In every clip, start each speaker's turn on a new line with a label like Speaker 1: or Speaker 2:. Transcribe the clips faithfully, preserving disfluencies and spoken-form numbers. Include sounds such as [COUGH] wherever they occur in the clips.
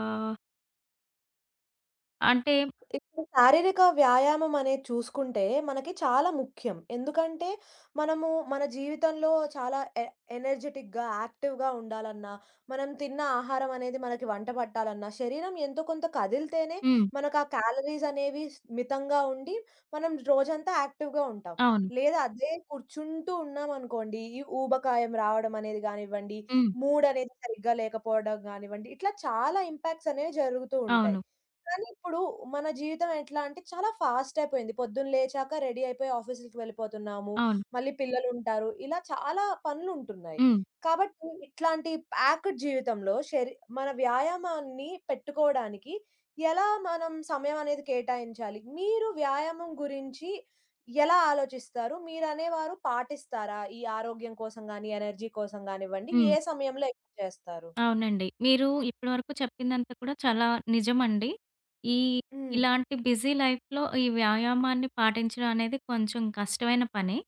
Speaker 1: ఆ! అంటే
Speaker 2: ఇప్పుడు శారీరక వ్యాయామం అనేది చూసుకుంటే మనకి చాలా ముఖ్యం. ఎందుకంటే మనము మన జీవితంలో చాలా ఎ ఎనర్జిటిక్‌గా, యాక్టివ్‌గా ఉండాలన్నా, మనం తిన్న ఆహారం అనేది మనకి వంట పట్టాలన్నా, శరీరం ఎంతో కొంత కదిలితేనే
Speaker 1: హ్మ్.
Speaker 2: మనకు ఆ క్యాలరీస్ అనేవి స్ మితంగా ఉండి, మనం రోజంతా యాక్టివ్‌గా ఉంటాం.
Speaker 1: అవును.
Speaker 2: లేదా అదే కూర్చుంటూ ఉన్నామనుకోండి, ఈ ఊబకాయం రావడం అనేది గానివ్వండి,
Speaker 1: హ్మ్.
Speaker 2: మూడ్ అనేది సరిగ్గా లేకపోవడం గానివ్వండి, ఇట్లా చాలా ఇంపాక్ట్స్ అనేవి జరుగుతూ ఉంటాయి.
Speaker 1: అవును.
Speaker 2: కానీ ఇప్పుడు మన జీవితం ఎట్లా అంటే చాలా ఫాస్ట్ అయిపోయింది. పొద్దున్న లేచాక రెడీ అయిపోయి ఆఫీసులకి వెళ్ళిపోతున్నాము.
Speaker 1: అవును.
Speaker 2: మళ్ళీ పిల్లలుంటారు. ఇలా చాలా పనులుంటున్నాయి.
Speaker 1: హ్మ్.
Speaker 2: కాబట్టి ఇట్లాంటి ప్యాక్డ్ జీవితంలో శరీ మన వ్యాయామాన్ని పెట్టుకోవడానికి ఎలా మనం సమయం అనేది కేటాయించాలి? మీరు వ్యాయామం గురించి ఎలా ఆలోచిస్తారు? మీరనేవారు పాటిస్తారా? ఈ ఆరోగ్యం కోసం గాని, ఎనర్జీ కోసం గానివ్వండి, ఏ
Speaker 1: హ్మ్.
Speaker 2: సమయంలో ఎక్కువ చేస్తారు?
Speaker 1: అవునండి, మీరు ఇప్పటివరకు చెప్పిందంతా కూడా చాలా నిజమండి. ఈ
Speaker 2: హ్మ్.
Speaker 1: ఇలాంటి బిజీ లైఫ్‌లో ఈ వ్యాయామాన్ని పాటించడం అనేది కొంచెం కష్టమైన పనే.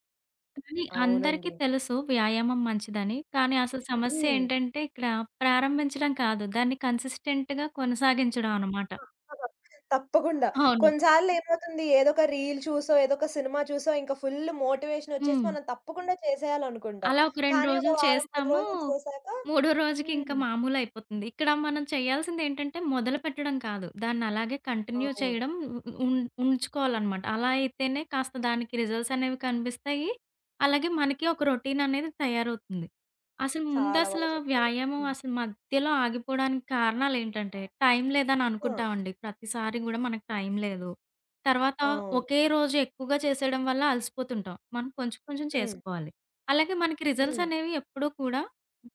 Speaker 1: కానీ అందరికీ
Speaker 2: అవునండి.
Speaker 1: తెలుసు వ్యాయామం మంచిదని. కానీ అసలు సమస్య
Speaker 2: హ్మ్.
Speaker 1: ఏంటంటే ఇక్కడ ప్రారంభించడం కాదు, దాన్ని కన్సిస్టెంట్‌గా కొనసాగించడం అన్నమాట.
Speaker 2: తప్పకుండా.
Speaker 1: అవును.
Speaker 2: కొన్నిసార్లు ఏమవుతుంది ఏదో ఒక రీల్ చూసో, ఏదో ఒక సినిమా చూసో ఇంకా ఫుల్ మోటివేషన్ వచ్చేసి
Speaker 1: హ్మ్.
Speaker 2: మనం తప్పకుండా చేసేయాలనుకుంటాం.
Speaker 1: అలా ఒక రెండు
Speaker 2: కానీ ఒక
Speaker 1: రోజులు
Speaker 2: వారం, పది
Speaker 1: చేస్తాము.
Speaker 2: రోజులు చేశాక
Speaker 1: మూడో రోజుకి ఇంకా
Speaker 2: హ్మ్.
Speaker 1: మామూలయిపోతుంది. ఇక్కడ మనం చేయాల్సిందేంటంటే మొదలుపెట్టడం కాదు, దాన్నలాగే కంటిన్యూ
Speaker 2: అవును.
Speaker 1: చేయడం ఉ- ఉం ఉంచుకోవాలనమాట. అలా అయితేనే కాస్త దానికి రిజల్ట్స్ అనేవి కనిపిస్తాయి. అలాగే మనకి ఒక రొటీన్ అనేది తయారవుతుంది. అసలు
Speaker 2: చాలా
Speaker 1: ముందసల
Speaker 2: బాగా చెప్పారు.
Speaker 1: వ్యాయామం
Speaker 2: హ్మ్.
Speaker 1: అసలు మధ్యలో ఆగిపోవడానికి కారణాలేంటంటే టైం లేదని
Speaker 2: ఆ!
Speaker 1: అనుకుంటామండి. ప్రతిసారి గూడా మనకు టైం లేదు. తర్వాత
Speaker 2: అవును.
Speaker 1: ఒకే రోజు ఎక్కువగా చేసేయడం వల్ల అలసిపోతుంటాం. మనం కొంచెం కొంచెం
Speaker 2: హ్మ్.
Speaker 1: చేసుకోవాలి. అలాగే మనకి రిజల్ట్స్
Speaker 2: హ్మ్.
Speaker 1: అనేవి ఎప్పుడూ కూడా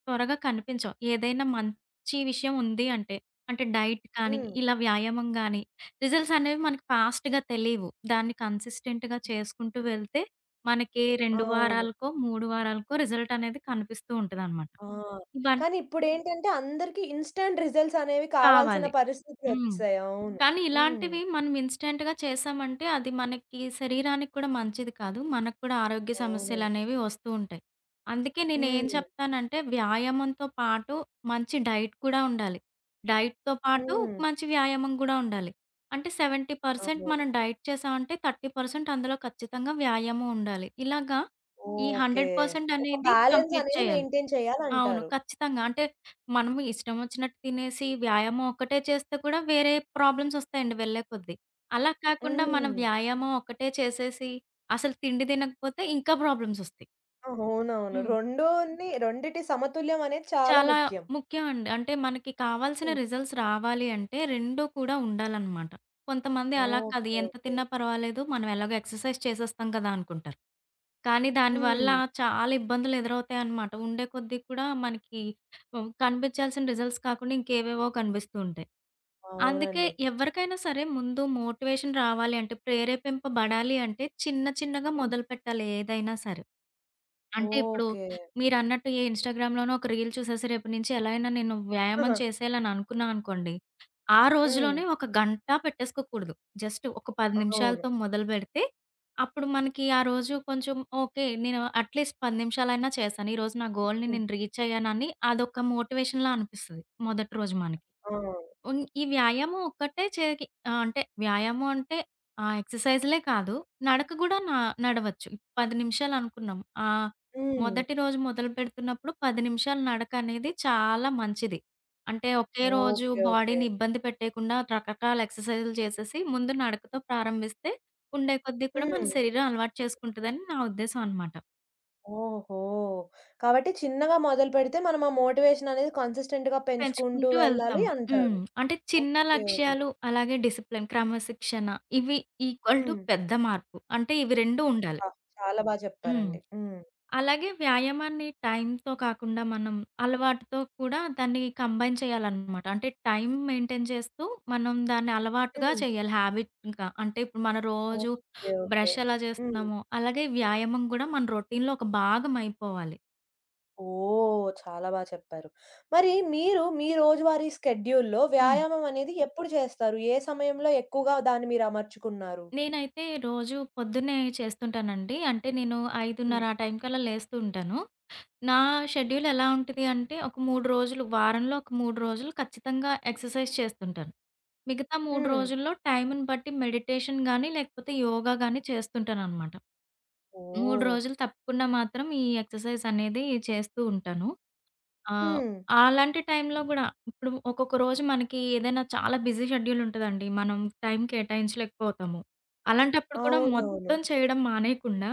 Speaker 1: త్వరగా కనిపించవు. ఏదైనా మంచి విషయం ఉంది అంటే, అంటే డైట్ కానీ,
Speaker 2: హ్మ్.
Speaker 1: ఇలా వ్యాయామం గానీ, రిజల్ట్స్ అనేవి మనకి ఫాస్ట్‌గా తెలీవు. దాన్ని కన్సిస్టెంట్‌గా చేసుకుంటూ వెళ్తే, మనకి రెండు
Speaker 2: అవును.
Speaker 1: వారాలకో, మూడు వారాలకో రిజల్ట్ అనేది కనిపిస్తూ ఉంటదనమాట.
Speaker 2: ఆ!
Speaker 1: ఇవన్నీ
Speaker 2: కానీ ఇప్పుడేంటంటే అందరికి ఇన్‌స్టాంట్ రిజల్ట్స్ అనేవి కావాల్సిన
Speaker 1: కావాలి. హ్మ్.
Speaker 2: పరిస్థితులొచ్చేసాయి. అవును.
Speaker 1: కానీ
Speaker 2: హ్మ్.
Speaker 1: ఇలాంటివి మనం ఇన్‌స్టంట్‌గా చేశామంటే, అది మనకి శరీరానికి కూడా మంచిది కాదు. మనకు కూడా ఆరోగ్య
Speaker 2: అవునండి.
Speaker 1: సమస్యలనేవి వస్తూ ఉంటాయి. అందుకే నేనేం
Speaker 2: హ్మ్.
Speaker 1: చెప్తానంటే, వ్యాయామంతో పాటు మంచి డైట్ కూడా ఉండాలి. డైట్‌తో పాటు
Speaker 2: హ్మ్.
Speaker 1: మంచి వ్యాయామం కూడా ఉండాలి. అంటే డెబ్బై శాతం
Speaker 2: అవును.
Speaker 1: మనం డైట్ చేశామంటే, ముప్పై శాతం అందులో ఖచ్చితంగా వ్యాయామం ఉండాలి. ఇలాగా ఈ
Speaker 2: ఓకే.
Speaker 1: వంద శాతం
Speaker 2: ఒక
Speaker 1: అనేది
Speaker 2: బ్యాలెన్స్
Speaker 1: కంప్లీట్
Speaker 2: అనేది
Speaker 1: చేయాలి.
Speaker 2: మెయింటైన్
Speaker 1: అవును,
Speaker 2: చేయాలంటారు.
Speaker 1: ఖచ్చితంగా. అంటే మనము ఇష్టం వచ్చినట్టు తినేసి వ్యాయామం ఒక్కటే చేస్తే కూడా వేరే ప్రాబ్లమ్స్ ఒస్తాయండి వెళ్ళే కొద్దీ. అలా కాకుండా మనం
Speaker 2: హ్మ్.
Speaker 1: వ్యాయామం ఒక్కటే చేసేసి అసలు తిండి తినకపోతే ఇంకా ప్రాబ్లమ్స్ ఒస్తాయి.
Speaker 2: అవునవును.
Speaker 1: హ్మ్.
Speaker 2: రెండు రెండిటి సమతుల్యం అనేది చాలా
Speaker 1: చాలా
Speaker 2: ముఖ్యం.
Speaker 1: ముఖ్యం అండి. అంటే మనకి కావాల్సిన
Speaker 2: హ్మ్.
Speaker 1: రిజల్ట్స్ రావాలి అంటే రెండూ కూడా ఉండాలనమాట. కొంతమంది అలా కాదు,
Speaker 2: ఓకే.
Speaker 1: ఎంత
Speaker 2: ఓకే.
Speaker 1: తిన్నా పర్వాలేదు మనం ఎలాగో ఎక్సర్‌సైజ్ చేసేస్తాం కదా అనుకుంటారు. కానీ దానివల్ల
Speaker 2: హ్మ్.
Speaker 1: చాలా ఇబ్బందులు ఎదురవుతాయన్నమాట. ఉండే కొద్దీ కూడా మనకి హ్మ్, కనిపించాల్సిన రిజల్ట్స్ కాకుండా ఇంకేవేవో కనిపిస్తూ ఉంటాయి. అందుకే
Speaker 2: అవునండి.
Speaker 1: ఎవరికైనా సరే ముందు మోటివేషన్ రావాలి అంటే, ప్రేరేపింపబడాలి అంటే చిన్న చిన్నగా
Speaker 2: హ్మ్.
Speaker 1: మొదలుపెట్టాలి ఏదైనా సరే. అంటే ఇప్పుడు
Speaker 2: ఓకే.
Speaker 1: మీరన్నట్టు ఈ ఇన్‌స్టాగ్రామ్‌లోనో ఒక రీల్ చూసేసి రేపటి నుంచి ఎలా అయినా నేను వ్యాయామం
Speaker 2: ఆహా!
Speaker 1: చేసేయాలని అనుకున్నా అనుకోండి. ఆ
Speaker 2: హ్మ్.
Speaker 1: రోజులోనే ఒక గంట పెట్టేసుకోకూడదు. జస్ట్ ఒక పది
Speaker 2: అవును.
Speaker 1: నిమిషాలతో మొదలుపెడితే అప్పుడు మనకి ఆ రోజు కొంచెం ఓకే, నేను అట్‌లీస్ట్ పది నిమిషాలైనా చేశాను, ఈరోజు నా గోల్‌ని
Speaker 2: హ్మ్.
Speaker 1: నేను రీచ్ అయ్యానని అదొక మోటివేషన్‌లా అనిపిస్తది మొదటి రోజు మనకి.
Speaker 2: ఆ!
Speaker 1: ఉన్ ఈ వ్యాయామం ఒక్కటే చేకి ఆహ్, అంటే వ్యాయామం అంటే ఆ ఎక్సర్‌సైజులే కాదు. నడక గూడా నా నడవచ్చు. పది నిమిషాలనుకున్నాం. ఆహ్,
Speaker 2: హ్మ్.
Speaker 1: మొదటి రోజు మొదలుపెడుతున్నప్పుడు పది నిమిషాలు నడకనేది చాలా మంచిది. అంటే ఒకే రోజు
Speaker 2: ఓకే. ఓకే.
Speaker 1: బాడీని ఇబ్బంది పెట్టేయకుండా రకరకాల ఎక్సర్‌సైజులు చేసేసి ముందు నడకతో ప్రారంభిస్తే ఉండే కొద్దీ కూడా మన
Speaker 2: హ్మ్.
Speaker 1: శరీరం అలవాటు చేసుకుంటదని నా ఉద్దేశం అనమాట.
Speaker 2: ఓహో! కాబట్టి చిన్నగా మొదలుపెడితే మనం ఆ మోటివేషన్ అనేది కన్సిస్టెంట్‌గా పెంచుకుంటూ
Speaker 1: పెంచుకుంటూ వెళ్తాం.
Speaker 2: వెళ్ళాలి అంటారు.
Speaker 1: హ్మ్. అంటే చిన్న
Speaker 2: ఓకే. ఓకే.
Speaker 1: లక్ష్యాలు, అలాగే డిసిప్లిన్, క్రమశిక్షణ ఇవి ఈక్వల్ టు
Speaker 2: హ్మ్.
Speaker 1: పెద్ద మార్పు. అంటే ఇవి రెండూ ఉండాలి.
Speaker 2: అబ్బా! చాలా బా
Speaker 1: హ్మ్.
Speaker 2: చెప్పారండి. హ్మ్.
Speaker 1: అలాగే వ్యాయామాన్ని టైమ్‌తో కాకుండా మనం అలవాటుతో కూడా దాన్ని కంబైన్ చేయాలనమాట. అంటే టైమ్ మెయింటైన్ చేస్తూ మనం దాన్ని అలవాటుగా
Speaker 2: హ్మ్.
Speaker 1: చేయాలి హ్యాబిట్‌గా. అంటే ఇప్పుడు మన రోజు
Speaker 2: ఓకే. ఓకే.
Speaker 1: బ్రష్ ఎలా
Speaker 2: హ్మ్.
Speaker 1: చేస్తున్నామో అలాగే వ్యాయామం కూడా మన రొటీన్‌లో ఒక భాగం అయిపోవాలి.
Speaker 2: ఓహ్! చాలా బా చెప్పారు. మరి మీరు మీ రోజువారీ స్కెడ్యూల్‌లో
Speaker 1: హ్మ్.
Speaker 2: వ్యాయామం అనేది ఎప్పుడు చేస్తారు? ఏ సమయంలో ఎక్కువగా దాన్ని మీరు అమర్చుకున్నారు?
Speaker 1: నేనైతే రోజు పొద్దున్నే చేస్తుంటానండి. అంటే నేను
Speaker 2: హ్మ్.
Speaker 1: ఐదున్నర ఆ టైం కల్లా లేస్తూ ఉంటాను. నా షెడ్యూల్ ఎలా ఉంటది అంటే ఒక మూడు రోజులు వారంలో, ఒక మూడు రోజులు ఖచ్చితంగా ఎక్సర్‌సైజ్ చేస్తుంటాను. మిగతా మూడు
Speaker 2: హ్మ్.
Speaker 1: రోజుల్లో టైంని బట్టి మెడిటేషన్ గాని, లేకపోతే యోగా గాని చేస్తుంటాననమాట. మూడు
Speaker 2: ఓహ్!
Speaker 1: రోజులు తప్పకుండా మాత్రం ఈ ఎక్సర్‌సైజ్ అనేది చేస్తూ ఉంటాను. ఆ!
Speaker 2: హ్మ్.
Speaker 1: అలాంటి టైంలో గూడా ఇప్పుడు ఒక్కొక్క రోజు మనకి ఏదైనా చాలా బిజీ షెడ్యూల్ ఉంటదండి. మనం టైం కేటాయించలేకపోతాము. అలాంటప్పుడు కూడా
Speaker 2: అవునవును.
Speaker 1: మొత్తం చేయడం మానేయకుండా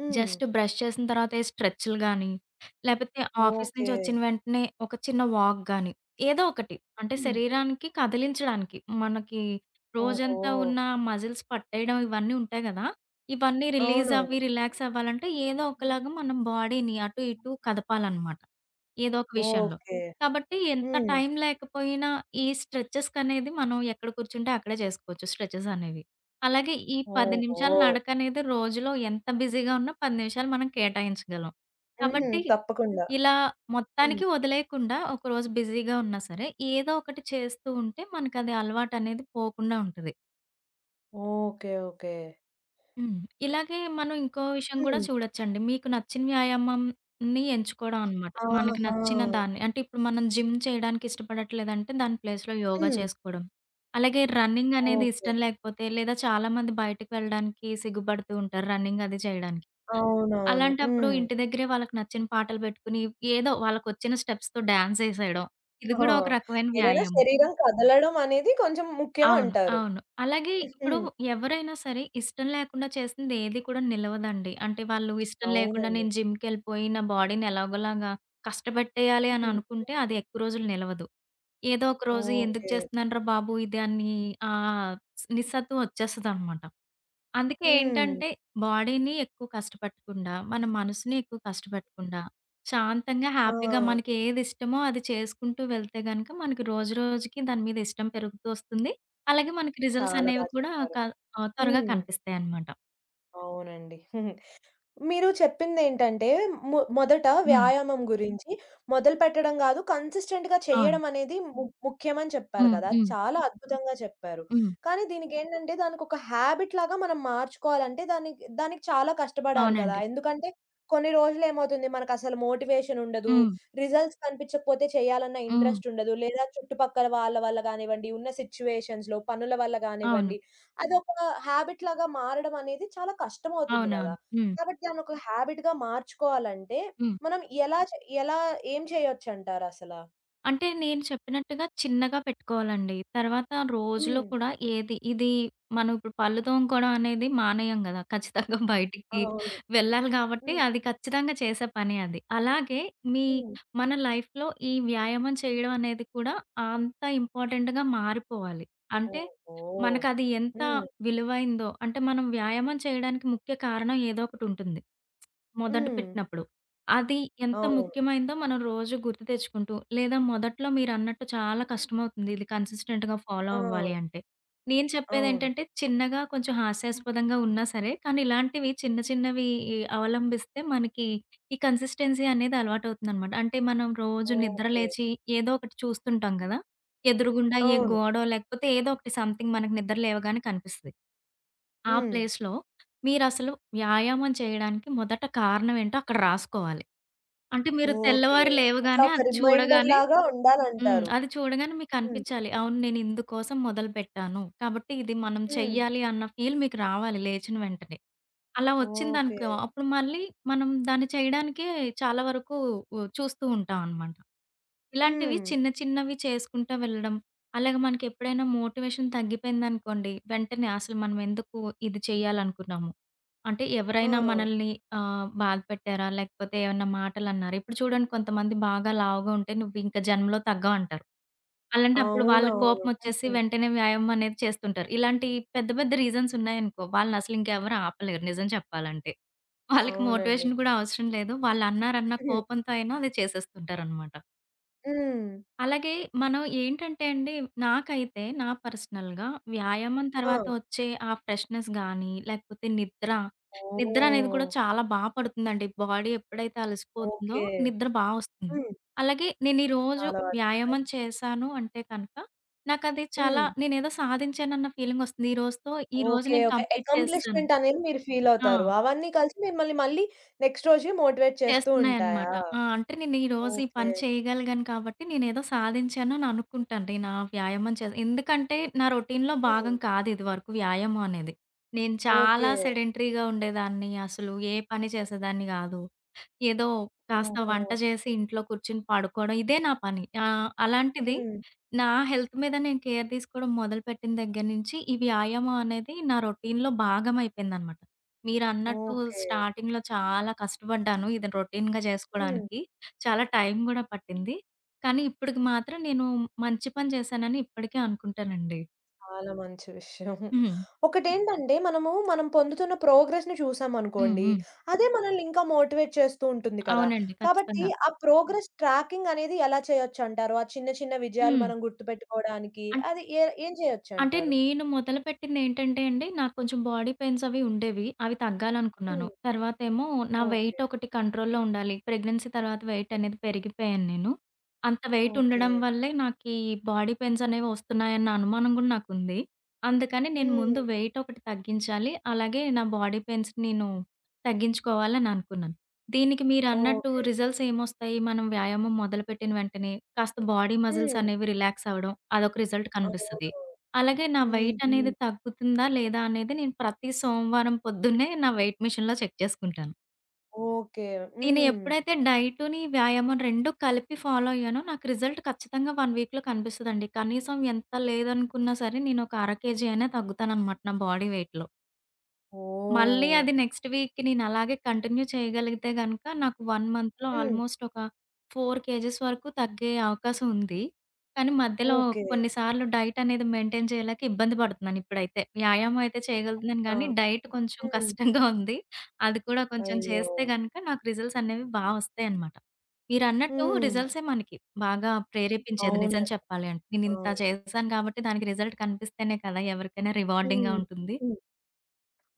Speaker 2: హ్మ్.
Speaker 1: జస్ట్ బ్రష్ చేసిన తర్వాత ఏ స్ట్రెచ్‌లు గాని, లేపోతే ఆఫీస్ నుంచి
Speaker 2: ఓకే.
Speaker 1: వచ్చిన వెంటనే ఒక చిన్న వాక్ గాని, ఏదో ఒకటి. అంటే
Speaker 2: హ్మ్.
Speaker 1: శరీరానికి కదిలించడానికి. మనకి
Speaker 2: ఓహో!
Speaker 1: రోజంతా ఉన్న మజిల్స్ పట్టేయడం ఇవన్నీ ఉంటాయి గదా! ఇవన్నీ రిలీజ్
Speaker 2: అవునవును.
Speaker 1: అవ్వి, రిలాక్స్ అవ్వాలంటే ఏదో ఒకలాగా మనం బాడీని అటు ఇటు కదపాలనమాట. ఏదో ఒక విషయంలో.
Speaker 2: ఓకే.
Speaker 1: కాబట్టి ఎంత
Speaker 2: హ్మ్.
Speaker 1: టైం లేకపోయినా ఈ స్ట్రెచెస్‌కనేది మనం ఎక్కడ కూర్చుంటే అక్కడే చేసుకోవచ్చు స్ట్రెచెస్ అనేవి. అలాగే ఈ పది
Speaker 2: ఓహో!
Speaker 1: నిమిషాల నడకనేది రోజులో ఎంత బిజీగా ఉన్నా పది నిమిషాలు మనం కేటాయించగలం.
Speaker 2: హుహు.
Speaker 1: కాబట్టి
Speaker 2: తప్పకుండా.
Speaker 1: ఇలా
Speaker 2: హ్మ్.
Speaker 1: మొత్తానికి వదిలేయకుండా ఒకరోజు బిజీగా ఉన్నా సరే ఏదో ఒకటి చేస్తూ ఉంటే మనకది అలవాటనేది పోకుండా ఉంటది.
Speaker 2: ఓకే. ఓకే.
Speaker 1: హ్మ్. ఇలాగే మనం ఇంకో విషయం గూడా
Speaker 2: హ్మ్.
Speaker 1: చూడొచ్చండి. మీకు నచ్చిన వ్యాయామంని ఎంచుకోవడం అనమాట. మనకి
Speaker 2: ఆహా!
Speaker 1: నచ్చిన దాన్ని. అంటే ఇప్పుడు మనం జిమ్ చేయడానికి ఇష్టపడట్లేదంటే దాని ప్లేస్‌లో యోగా
Speaker 2: హ్మ్.
Speaker 1: చేసుకోవడం. అలాగే రన్నింగ్ అనేది
Speaker 2: ఓకే.
Speaker 1: ఇష్టం లేకపోతే, లేదా చాలామంది బయటకి వెళ్ళడానికి సిగ్గుపడుతూ ఉంటారు రన్నింగ్ అది చేయడానికి.
Speaker 2: అవునవును.
Speaker 1: అలాంటప్పుడు
Speaker 2: హ్మ్.
Speaker 1: ఇంటి దగ్గరే వాళ్ళకి నచ్చిన పాటలు పెట్టుకొని ఏదో వాళ్ళకొచ్చిన స్టెప్స్‌తో డాన్స్ ఏసేయడం. ఇది
Speaker 2: ఆ!
Speaker 1: గూడా ఒక రకమైన
Speaker 2: ఏదైనా
Speaker 1: వ్యాయామం.
Speaker 2: శరీరం కదలడం అనేది కొంచెం
Speaker 1: అవును,
Speaker 2: ముఖ్యమంటారు.
Speaker 1: అవును. అలాగే ఇప్పుడు ఎవరైనా సరే ఇష్టం లేకుండా చేసింది ఏది కూడా నిలవదండి. అంటే వాళ్ళు ఇష్టం లేకుండా
Speaker 2: అవునండి.
Speaker 1: నేను జిమ్‌కెళ్ళిపోయి నా బాడీని ఎలాగోలాగా కష్టపెట్టేయాలి అని
Speaker 2: హ్మ్.
Speaker 1: అనుకుంటే అది ఎక్కువ రోజులు నిలవదు. ఏదో ఒక రోజు ఎందుకు
Speaker 2: ఓకే.
Speaker 1: చేస్తున్నానురా బాబు ఇది అని ఆహ్, నిస్సత్తువ వచ్చేస్తదనమాట. అందుకే
Speaker 2: హ్మ్.
Speaker 1: ఏంటంటే బాడీని ఎక్కువ కష్టపెట్టకుండా, మన మనసుని ఎక్కువ కష్టపెట్టకుండా, శాంతంగా,
Speaker 2: ఆ!
Speaker 1: హ్యాపీగా మనకి ఏది ఇష్టమో అది చేసుకుంటూ వెళ్తే గనక మనకి రోజు రోజుకి దాని మీద ఇష్టం పెరుగుతూ వస్తుంది. అలాగే మనకి రిజల్ట్స్
Speaker 2: చాలా బా
Speaker 1: అనేవి కూడా
Speaker 2: చెప్పారు.
Speaker 1: క ఆహ్, త్వరగా
Speaker 2: హ్మ్.
Speaker 1: కనిపిస్తాయనమాట.
Speaker 2: అవునండి. మీరు చెప్పిందేంటంటే, మొ మొదట
Speaker 1: హ్మ్.
Speaker 2: వ్యాయామం గురించి మొదలుపెట్టడం గాదు, కన్సిస్టెంట్‌గా
Speaker 1: అవును.
Speaker 2: చేయడం అనేది ము ముఖ్యమని చెప్పారు
Speaker 1: హ్మ్.
Speaker 2: కదా! అది
Speaker 1: హ్మ్.
Speaker 2: చాలా అద్భుతంగా చెప్పారు.
Speaker 1: హ్మ్.
Speaker 2: కానీ దీనికేంటంటే, దానికొక హ్యాబిట్ లాగా మనం మార్చుకోవాలంటే దానికి దానికి చాలా కష్టపడాలి కదా!
Speaker 1: అవునండి.
Speaker 2: ఎందుకంటే, కొన్ని రోజులేమవుతుంది మనకసలు మోటివేషన్ ఉండదు.
Speaker 1: హ్మ్.
Speaker 2: రిజల్ట్స్ కనిపించకపోతే చేయాలన్న
Speaker 1: హ్మ్.
Speaker 2: ఇంట్రెస్ట్ ఉండదు. లేదా చుట్టుపక్కల వాళ్ళ వల్ల గానివ్వండి, ఉన్న సిట్యుయేషన్స్‌లో పనుల వల్ల
Speaker 1: అవును.
Speaker 2: గానివ్వండి, అదొక హ్యాబిట్ లాగా మారడం అనేది చాలా కష్టమవుతుంది గదా!
Speaker 1: అవునవును. హ్మ్.
Speaker 2: కాబట్టి దాన్నొక హ్యాబిట్‌గా మార్చుకోవాలంటే,
Speaker 1: హ్మ్.
Speaker 2: మనం ఎలా చే ఎలా ఏం చేయొచ్చంటారసలా?
Speaker 1: అంటే నేను చెప్పినట్టుగా చిన్నగా పెట్టుకోవాలండి. తర్వాత రోజులో
Speaker 2: హ్మ్.
Speaker 1: కూడా ఏది ఇది మనం ఇప్పుడు పళ్ళు తోముకోవడం అనేది మానేయం గదా! ఖచ్చితంగా [LAUGHS] బయటికి
Speaker 2: అవును.
Speaker 1: వెళ్ళాలి గాబట్టి
Speaker 2: హ్మ్.
Speaker 1: అది ఖచ్చితంగా చేసే పనే అది. అలాగే మీ
Speaker 2: హ్మ్.
Speaker 1: మన లైఫ్‌లో ఈ వ్యాయామం చేయడం అనేది కూడా అంత ఇంపార్టెంట్‌గా మారిపోవాలి. అంటే
Speaker 2: ఓహో!
Speaker 1: మనకది ఎంత
Speaker 2: హ్మ్.
Speaker 1: విలువైందో, అంటే మనం వ్యాయామం చేయడానికి ముఖ్య కారణం ఏదో ఒకటుంటుంది మొదట
Speaker 2: హ్మ్.
Speaker 1: పెట్టినప్పుడు. అది ఎంత
Speaker 2: అవును.
Speaker 1: ముఖ్యమైందో మనం రోజు గుర్తు తెచ్చుకుంటూ, లేదా మొదట్లో మీరన్నట్టు చాలా కష్టమవుతుంది ఇది కన్సిస్టెంట్‌గా ఫాలో
Speaker 2: ఆ!
Speaker 1: అవ్వాలి అంటే. నేను
Speaker 2: అవును.
Speaker 1: చెప్పేదేంటంటే చిన్నగా కొంచెం హాస్యాస్పదంగా ఉన్నా సరే, కానీ ఇలాంటివి చిన్న చిన్నవి ఈ అవలంబిస్తే మనకి ఈ కన్సిస్టెన్సీ అనేది అలవాటవుతుందనమాట. అంటే మనం రోజు నిద్ర
Speaker 2: ఓకే.
Speaker 1: లేచి ఏదో ఒకటి చూస్తుంటాం గదా! ఎదురుగుండా ఏ
Speaker 2: అవును.
Speaker 1: గోడో లేకపోతే ఏదో ఒకటి సంథింగ్ మనకు నిద్ర లేవగానే కనిపిస్తది. ఆ
Speaker 2: హ్మ్.
Speaker 1: ప్లేస్‌లో మీరసలు వ్యాయామం చేయడానికి మొదట కారణం ఏంటో అక్కడ రాసుకోవాలి. అంటే మీరు
Speaker 2: ఓకే.
Speaker 1: తెల్లవారి
Speaker 2: అట్లా
Speaker 1: లేవగానే
Speaker 2: ఒక
Speaker 1: అది చూడగానే
Speaker 2: రిమైండర్‌లాగా
Speaker 1: హ్మ్.
Speaker 2: ఉండాలంటారు.
Speaker 1: అది చూడగానే
Speaker 2: హ్మ్.
Speaker 1: మీకనిపిచ్చాలి అవును నేను ఇందుకోసం మొదలుపెట్టాను. కాబట్టి ఇది మనం
Speaker 2: హ్మ్.
Speaker 1: చెయ్యాలి అన్న ఫీల్ మీకు రావాలి లేచిన వెంటనే. అలా
Speaker 2: ఓకే.
Speaker 1: వచ్చిందనుకో అప్పుడు మళ్ళీ మనం దాన్ని చేయడానికే చాలా వరకు ఉ చూస్తూ ఉంటామనమాట. ఇలాంటివి
Speaker 2: హ్మ్.
Speaker 1: చిన్న చిన్నవి చేసుకుంటా వెళ్ళడం. అలాగే మనకెప్పుడైనా మోటివేషన్ తగ్గిపోయిందనుకోండి, వెంటనే అసలు మనమెందుకు ఇది చేయాలనుకున్నాము? అంటే
Speaker 2: ఆ!
Speaker 1: ఎవరైనా మనల్ని ఆహ్, బాధ పెట్టారా? లేకపోతే ఏమన్నా మాటలన్నారా? ఇప్పుడు చూడండి కొంతమంది బాగా లావుగా ఉంటే నువ్వింక జన్మలో తగ్గవంటారు. అలాంటి అప్పుడు వాళ్ళకి
Speaker 2: అవునవును.
Speaker 1: కోపమొచ్చేసి
Speaker 2: హ్మ్.
Speaker 1: వెంటనే వ్యాయామం అనేది చేస్తుంటారు. ఇలాంటి పెద్ద పెద్ద రీజన్స్ ఉన్నాయనుకో, వాళ్ళనసలు ఇంకెవరు ఆపలేరు నిజం చెప్పాలంటే. వాళ్ళకి
Speaker 2: అవునండి.
Speaker 1: మోటివేషన్ కూడా అవసరం లేదు. వాళ్ళన్నారన్న కోపంతో అయినా అది చేసేస్తుంటారనమాట.
Speaker 2: హ్మ్.
Speaker 1: అలాగే మనం ఏంటంటే అండి నాకైతే నా పర్సనల్‌గా వ్యాయామం తర్వాత
Speaker 2: ఆ!
Speaker 1: వచ్చే ఆ ఫ్రెష్‌నెస్ గానీ, లేకపోతే నిద్ర, నిద్ర అనేది కూడా
Speaker 2: ఓహ్!
Speaker 1: చాలా బా పడుతుందండి. బాడీ ఎప్పుడైతే అలసిపోతుందో
Speaker 2: ఓకే.
Speaker 1: నిద్ర బా వస్తుంది.
Speaker 2: హ్మ్.
Speaker 1: అలాగే నేను ఈరోజు
Speaker 2: చాలా బా చెప్పారు.
Speaker 1: వ్యాయామం చేశాను అంటే కనుక నాకది చాలా
Speaker 2: హ్మ్.
Speaker 1: నేనేదో సాధించానన్న ఫీలింగొస్తుంది. ఈ రోజుతో ఈ రోజు
Speaker 2: ఓకే.
Speaker 1: నేను
Speaker 2: ఓకే.
Speaker 1: కంప్లీట్ చేసేసాను.
Speaker 2: అకంప్లిష్‌మెంట్ అనేది మీరు ఫీల్
Speaker 1: ఆ!
Speaker 2: అవుతారు. అవన్నీ కలిసి మిమ్మల్ని మళ్ళీ నెక్స్ట్ రోజుకి మోటివేట్ చేస్తూ ఉంటాయా?
Speaker 1: చేస్తున్నాయన్నమాట. ఆ! అంటే నేను ఈరోజు ఈ
Speaker 2: ఓకే.
Speaker 1: పని చేయగలిగాను కాబట్టి నేనేదో సాధించాను అని అనుకుంటాను. నేను ఆ వ్యాయామం చేసి ఎందుకంటే నా రొటీన్‌లో
Speaker 2: హ్మ్.
Speaker 1: భాగం కాదు ఇదివరకు వ్యాయామం అనేది. నేను
Speaker 2: ఓకే.
Speaker 1: చాలా సెడెంటరీగా ఉండేదాన్ని. అసలు ఏ పని చేసేదాన్ని గాదు. ఏదో కాస్త
Speaker 2: ఓహో!
Speaker 1: వంట చేసి ఇంట్లో కూర్చొని పడుకోవడం ఇదే నా పని. ఆహ్, అలాంటిది
Speaker 2: హ్మ్.
Speaker 1: నా హెల్త్ మీద నేను కేర్ తీసుకోవడం మొదలుపెట్టిన దగ్గర నుంచి ఈ వ్యాయామం అనేది నా రొటీన్‌లో భాగమైపోయిందనమాట. మీరన్నట్టు
Speaker 2: ఓకే.
Speaker 1: స్టార్టింగ్‌లో చాలా కష్టపడ్డాను ఇది రొటీన్‌గా
Speaker 2: హ్మ్.
Speaker 1: చేసుకోవడానికి. చాలా టైం గూడా పట్టింది. కానీ ఇప్పటికి మాత్రం నేను మంచి పని చేశానని ఇప్పటికే అనుకుంటానండి.
Speaker 2: చాలా మంచి విషయం.
Speaker 1: హ్మ్.
Speaker 2: ఒకటేంటంటే మనము మనం పొందుతున్న ప్రోగ్రెస్‌ని
Speaker 1: హ్మ్.
Speaker 2: చూసామనుకోండి,
Speaker 1: హ్మ్.
Speaker 2: అదే మనల్ని ఇంకా మోటివేట్ చేస్తూ ఉంటుంది కదా!
Speaker 1: అవునండి,
Speaker 2: కాబట్టి
Speaker 1: ఖచ్చితంగా.
Speaker 2: ఆ ప్రోగ్రెస్ ట్రాకింగ్ అనేది ఎలా చేయొచ్చంటారు? ఆ చిన్న చిన్న విజయాలు
Speaker 1: హ్మ్.
Speaker 2: మనం గుర్తుపెట్టుకోవడానికి
Speaker 1: అంటే
Speaker 2: అది ఏ ఏం
Speaker 1: అంటే
Speaker 2: చేయొచ్చంటారు?
Speaker 1: నేను మొదలుపెట్టిందేంటంటే అండి, నాకు కొంచెం బాడీ పెయిన్స్ అవి ఉండేవి. అవి తగ్గాలనుకున్నాను.
Speaker 2: హ్మ్.
Speaker 1: తర్వాతేమో నా
Speaker 2: ఓకే.
Speaker 1: వెయిట్ ఒకటి కంట్రోల్‌లో ఉండాలి. ప్రెగ్నెన్సీ తర్వాత వెయిట్ అనేది పెరిగిపోయాను నేను. అంత వెయిట్
Speaker 2: ఓకే.
Speaker 1: ఉండడం వల్లే నాకీ బాడీ పెయిన్స్ అనేవి వస్తున్నాయన్న అనుమానం గూడా నాకుంది. అందుకని నేను
Speaker 2: హ్మ్.
Speaker 1: ముందు వెయిట్ ఒకటి తగ్గించాలి, అలాగే నా బాడీ పెయిన్స్ నేను తగ్గించుకోవాలని అనుకున్నాను. దీనికి మీరన్నట్టు
Speaker 2: ఓకే.
Speaker 1: రిజల్ట్స్ ఏమొస్తాయి? మనం వ్యాయామం మొదలుపెట్టిన వెంటనే కాస్త బాడీ మజిల్స్
Speaker 2: హ్మ్.
Speaker 1: అనేవి రిలాక్స్ అవ్వడం అదొక రిజల్ట్ కనిపిస్తది.
Speaker 2: అవునవును.
Speaker 1: అలాగే నా
Speaker 2: హ్మ్.
Speaker 1: వెయిటనేది
Speaker 2: హ్మ్.
Speaker 1: తగ్గుతుందా, లేదా? అనేది నేను ప్రతి సోమవారం పొద్దున్నే నా వెయిట్ మిషన్‌లో చెక్ చేసుకుంటాను.
Speaker 2: ఓకే.
Speaker 1: నేను
Speaker 2: హ్మ్.
Speaker 1: ఎప్పుడైతే డైటుని, వ్యాయామం రెండూ కలిపి ఫాలో అయ్యానో నాకు రిజల్ట్ ఖచ్చితంగా ఒక వీక్‌లో కనిపిస్తదండి. కనీసం ఎంత లేదనుకున్నా సరే నేనొక అర కేజీ అయినా తగ్గుతాననమాట నా బాడీ వెయిట్‌లో. మళ్ళీ
Speaker 2: ఓహ్!
Speaker 1: అది నెక్స్ట్ వీక్‌కి నేనలాగే కంటిన్యూ చేయగలిగితే గనక, నాకు ఒక మంత్‌లో
Speaker 2: హ్మ్.
Speaker 1: ఆల్‌మోస్ట్ ఒక నాలుగు కేజీస్ వరకు తగ్గే అవకాశం ఉంది. కానీ మధ్యలో
Speaker 2: ఓకే.
Speaker 1: కొన్నిసార్లు డైట్ అనేది మెయింటైన్ చేయలేక ఇబ్బంది పడుతున్నాను ఇప్పుడైతే. వ్యాయామం అయితే చేయగలుగుతున్నాను
Speaker 2: ఆ!
Speaker 1: గానీ, డైట్ కొంచెం [LAUGHS]
Speaker 2: హ్మ్.
Speaker 1: కష్టంగా ఉంది. అది కూడా కొంచెం
Speaker 2: అయ్యో!
Speaker 1: చేస్తే గనక నాకు రిజల్ట్స్ అనేవి బా వస్తాయన్నమాట. మీరన్నట్టు
Speaker 2: హ్మ్.
Speaker 1: రిజల్ట్సే మనకి బాగా ప్రేరేపించేది నిజం
Speaker 2: అవునండి.
Speaker 1: చెప్పాలి అంటే. నేనింత
Speaker 2: అవును.
Speaker 1: చేశాను కాబట్టి దానికి రిజల్ట్ కనిపిస్తేనే కదా ఎవరికైనా
Speaker 2: హ్మ్.
Speaker 1: రివార్డింగ్‌గా ఉంటుంది.
Speaker 2: హ్మ్.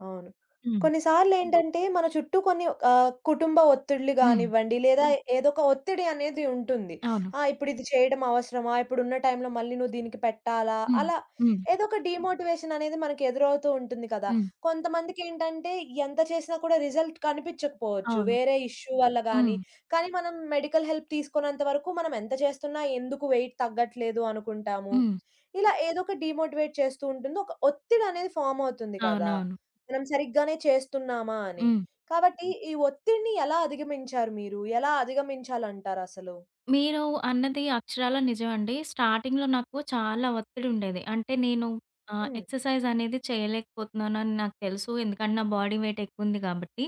Speaker 2: అవును.
Speaker 1: హ్మ్.
Speaker 2: కొన్నిసార్లేంటంటే మన చుట్టూ కొన్ని ఆహ్, కుటుంబ ఒత్తిడులు
Speaker 1: హ్మ్.
Speaker 2: గానివ్వండి, లేదా హ్మ్. ఏదో ఒక ఒత్తిడి అనేది ఉంటుంది.
Speaker 1: అవును.
Speaker 2: ఆ! ఇప్పుడిది చేయడం అవసరమా? ఇప్పుడున్న టైంలో మళ్ళీ నువ్వు దీనికి పెట్టాలా?
Speaker 1: హ్మ్.
Speaker 2: అలా
Speaker 1: హ్మ్.
Speaker 2: ఏదో ఒక డీమోటివేషన్ అనేది మనకి ఎదురవుతూ ఉంటుంది కదా!
Speaker 1: హ్మ్.
Speaker 2: కొంతమందికేంటంటే ఎంత చేసినా కూడా రిజల్ట్ కనిపించకపోవచ్చు.
Speaker 1: అవును.
Speaker 2: వేరే ఇష్యూ వల్ల
Speaker 1: హ్మ్.
Speaker 2: గానీ, కానీ మనం మెడికల్ హెల్ప్ తీసుకున్నంత వరకు మనం ఎంత చేస్తున్నా ఎందుకు వెయిట్ తగ్గట్లేదు అనుకుంటాము.
Speaker 1: హ్మ్.
Speaker 2: ఇలా ఏదో ఒక డీమోటివేట్ చేస్తూ ఉంటుంది. ఒక ఒత్తిడనేది ఫార్మ్ అవుతుంది కదా!
Speaker 1: అవునవును.
Speaker 2: మనం సరిగ్గానే చేస్తున్నామా అని.
Speaker 1: హ్మ్.
Speaker 2: కాబట్టి హ్మ్. ఈ ఒత్తిడిని ఎలా అధిగమించారు మీరు? ఎలా అధిగమించాలంటారసలు?
Speaker 1: మీరు అన్నది అక్షరాల నిజమండి. స్టార్టింగ్‌లో నాకు చాలా ఒత్తిడుండేది. అంటే నేను ఆహ్,
Speaker 2: హ్మ్.
Speaker 1: ఎక్సర్సైజ్ అనేది చేయలేకపోతున్నానని నాకు తెలుసు, ఎందుకంటే నా బాడీ వెయిట్ ఎక్కువుంది కాబట్టి.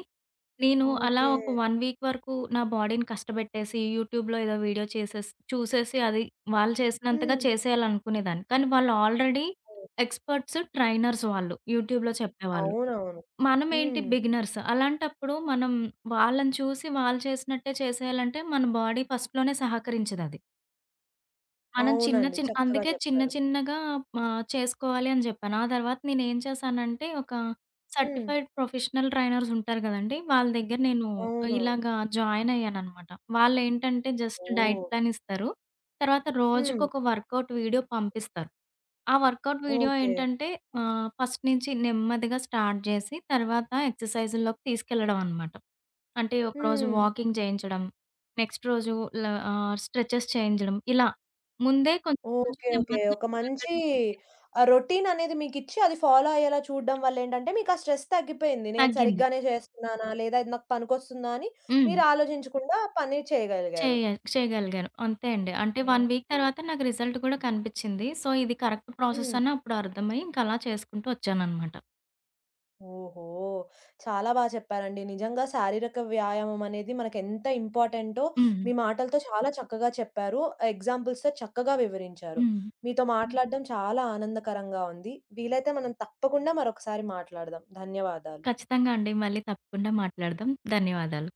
Speaker 1: నేను అలా
Speaker 2: ఓకే.
Speaker 1: ఒక 1 వీక్ వరకు నా బాడీని కష్టపెట్టేసి యూట్యూబ్‌లో ఏదో వీడియో చేసేసి చూసేసి అది వాళ్ళు చేసినంతగా
Speaker 2: హ్మ్.
Speaker 1: చేసేయాలనుకునేదాన్ని. కానీ వాళ్ళు ఆల్రెడీ
Speaker 2: హ్మ్.
Speaker 1: ఎక్స్‌పర్ట్స్, ట్రైనర్స్ వాళ్ళు యూట్యూబ్‌లో చెప్పేవాళ్ళు.
Speaker 2: అవునవును.
Speaker 1: మనమేంటి
Speaker 2: హ్మ్.
Speaker 1: బిగినర్స్. అలాంటప్పుడు మనం వాళ్ళని చూసి వాళ్ళు చేసినట్టే చేసేయాలంటే మన బాడీ ఫస్ట్‌లోనే సహకరించదది. మనం చిన్న
Speaker 2: అవునండి.
Speaker 1: చిన్న
Speaker 2: చక్కగా
Speaker 1: అందుకే చిన్న
Speaker 2: చెప్పారు.
Speaker 1: చిన్నగా ఆహ్, చేసుకోవాలి అని జెప్పాను. ఆ తర్వాత నేనేం చేశానంటే ఒక
Speaker 2: హ్మ్.
Speaker 1: సర్టిఫైడ్ ప్రొఫెషనల్ ట్రైనర్స్ ఉంటారు గదండీ! వాళ్ళ దగ్గర నేను
Speaker 2: అవునవును. హ్మ్.
Speaker 1: ఇలాగా జాయిన్ అయ్యాననమాట. వాళ్ళేంటంటే జస్ట్ డైట్
Speaker 2: ఓహ్!
Speaker 1: ప్లాన్ ఇస్తారు. తర్వాత
Speaker 2: హ్మ్.
Speaker 1: రోజుకొక వర్కౌట్ వీడియో పంపిస్తారు. ఆ వర్కౌట్ వీడియో
Speaker 2: ఓకే.
Speaker 1: ఏంటంటే ఆహ్, ఫస్ట్ నుంచి నెమ్మదిగా స్టార్ట్ జేసి, తర్వాత ఎక్సర్‌సైజుల్లోకి తీసుకెళ్లడం అనమాట. అంటే ఒకరోజు
Speaker 2: హ్మ్.
Speaker 1: వాకింగ్ చేయించడం, నెక్స్ట్ రోజు ల ఆహ్, స్ట్రెచెస్ చేయించడం ఇలా. ముందే కొంచెం కొంచెం
Speaker 2: ఓకే. ఓకే.
Speaker 1: నెమ్మదిగా
Speaker 2: ఒక మంచి
Speaker 1: మొదలుపెట్
Speaker 2: ఆహ్, రొటీన్ అనేది మీకిచ్చి అది ఫాలో అయ్యేలా చూడడం వల్లేంటంటే, మీకు ఆ స్ట్రెస్ తగ్గిపోయింది. నేను
Speaker 1: తగ్గింది.
Speaker 2: సరిగ్గానే చేస్తున్నానా? లేదా ఇది నాకు పనికొస్తుందా? అని
Speaker 1: హ్మ్.
Speaker 2: మీరు ఆలోచించకుండా పని చేయగలిగారు.
Speaker 1: చేయ చేయగలిగాను. అంతే అండి. అంటే ఒక వీక్
Speaker 2: ఓకే.
Speaker 1: తర్వాత నాకు రిజల్ట్ కూడా కనిపిచ్చింది. సో, ఇది కరెక్ట్ ప్రాసెస్
Speaker 2: హ్మ్.
Speaker 1: అని అప్పుడు అర్థమై ఇంక అలా చేసుకుంటూ వచ్చాననమాట.
Speaker 2: ఓహో! చాలా బా చెప్పారండి. నిజంగా శారీరక వ్యాయామం అనేది మనకెంత ఇంపార్టెంటో
Speaker 1: హ్మ్.
Speaker 2: మీ మాటలతో చాలా చక్కగా చెప్పారు. ఎగ్జాంపుల్స్‌తో చక్కగా వివరించారు.
Speaker 1: హ్మ్.
Speaker 2: మీతో మాట్లాడడం చాలా ఆనందకరంగా ఉంది. వీలైతే మనం తప్పకుండా మరొకసారి మాట్లాడదాం. ధన్యవాదాలు.
Speaker 1: ఖచ్చితంగా అండి. మళ్ళీ తప్పకుండా మాట్లాడదాం. ధన్యవాదాలు.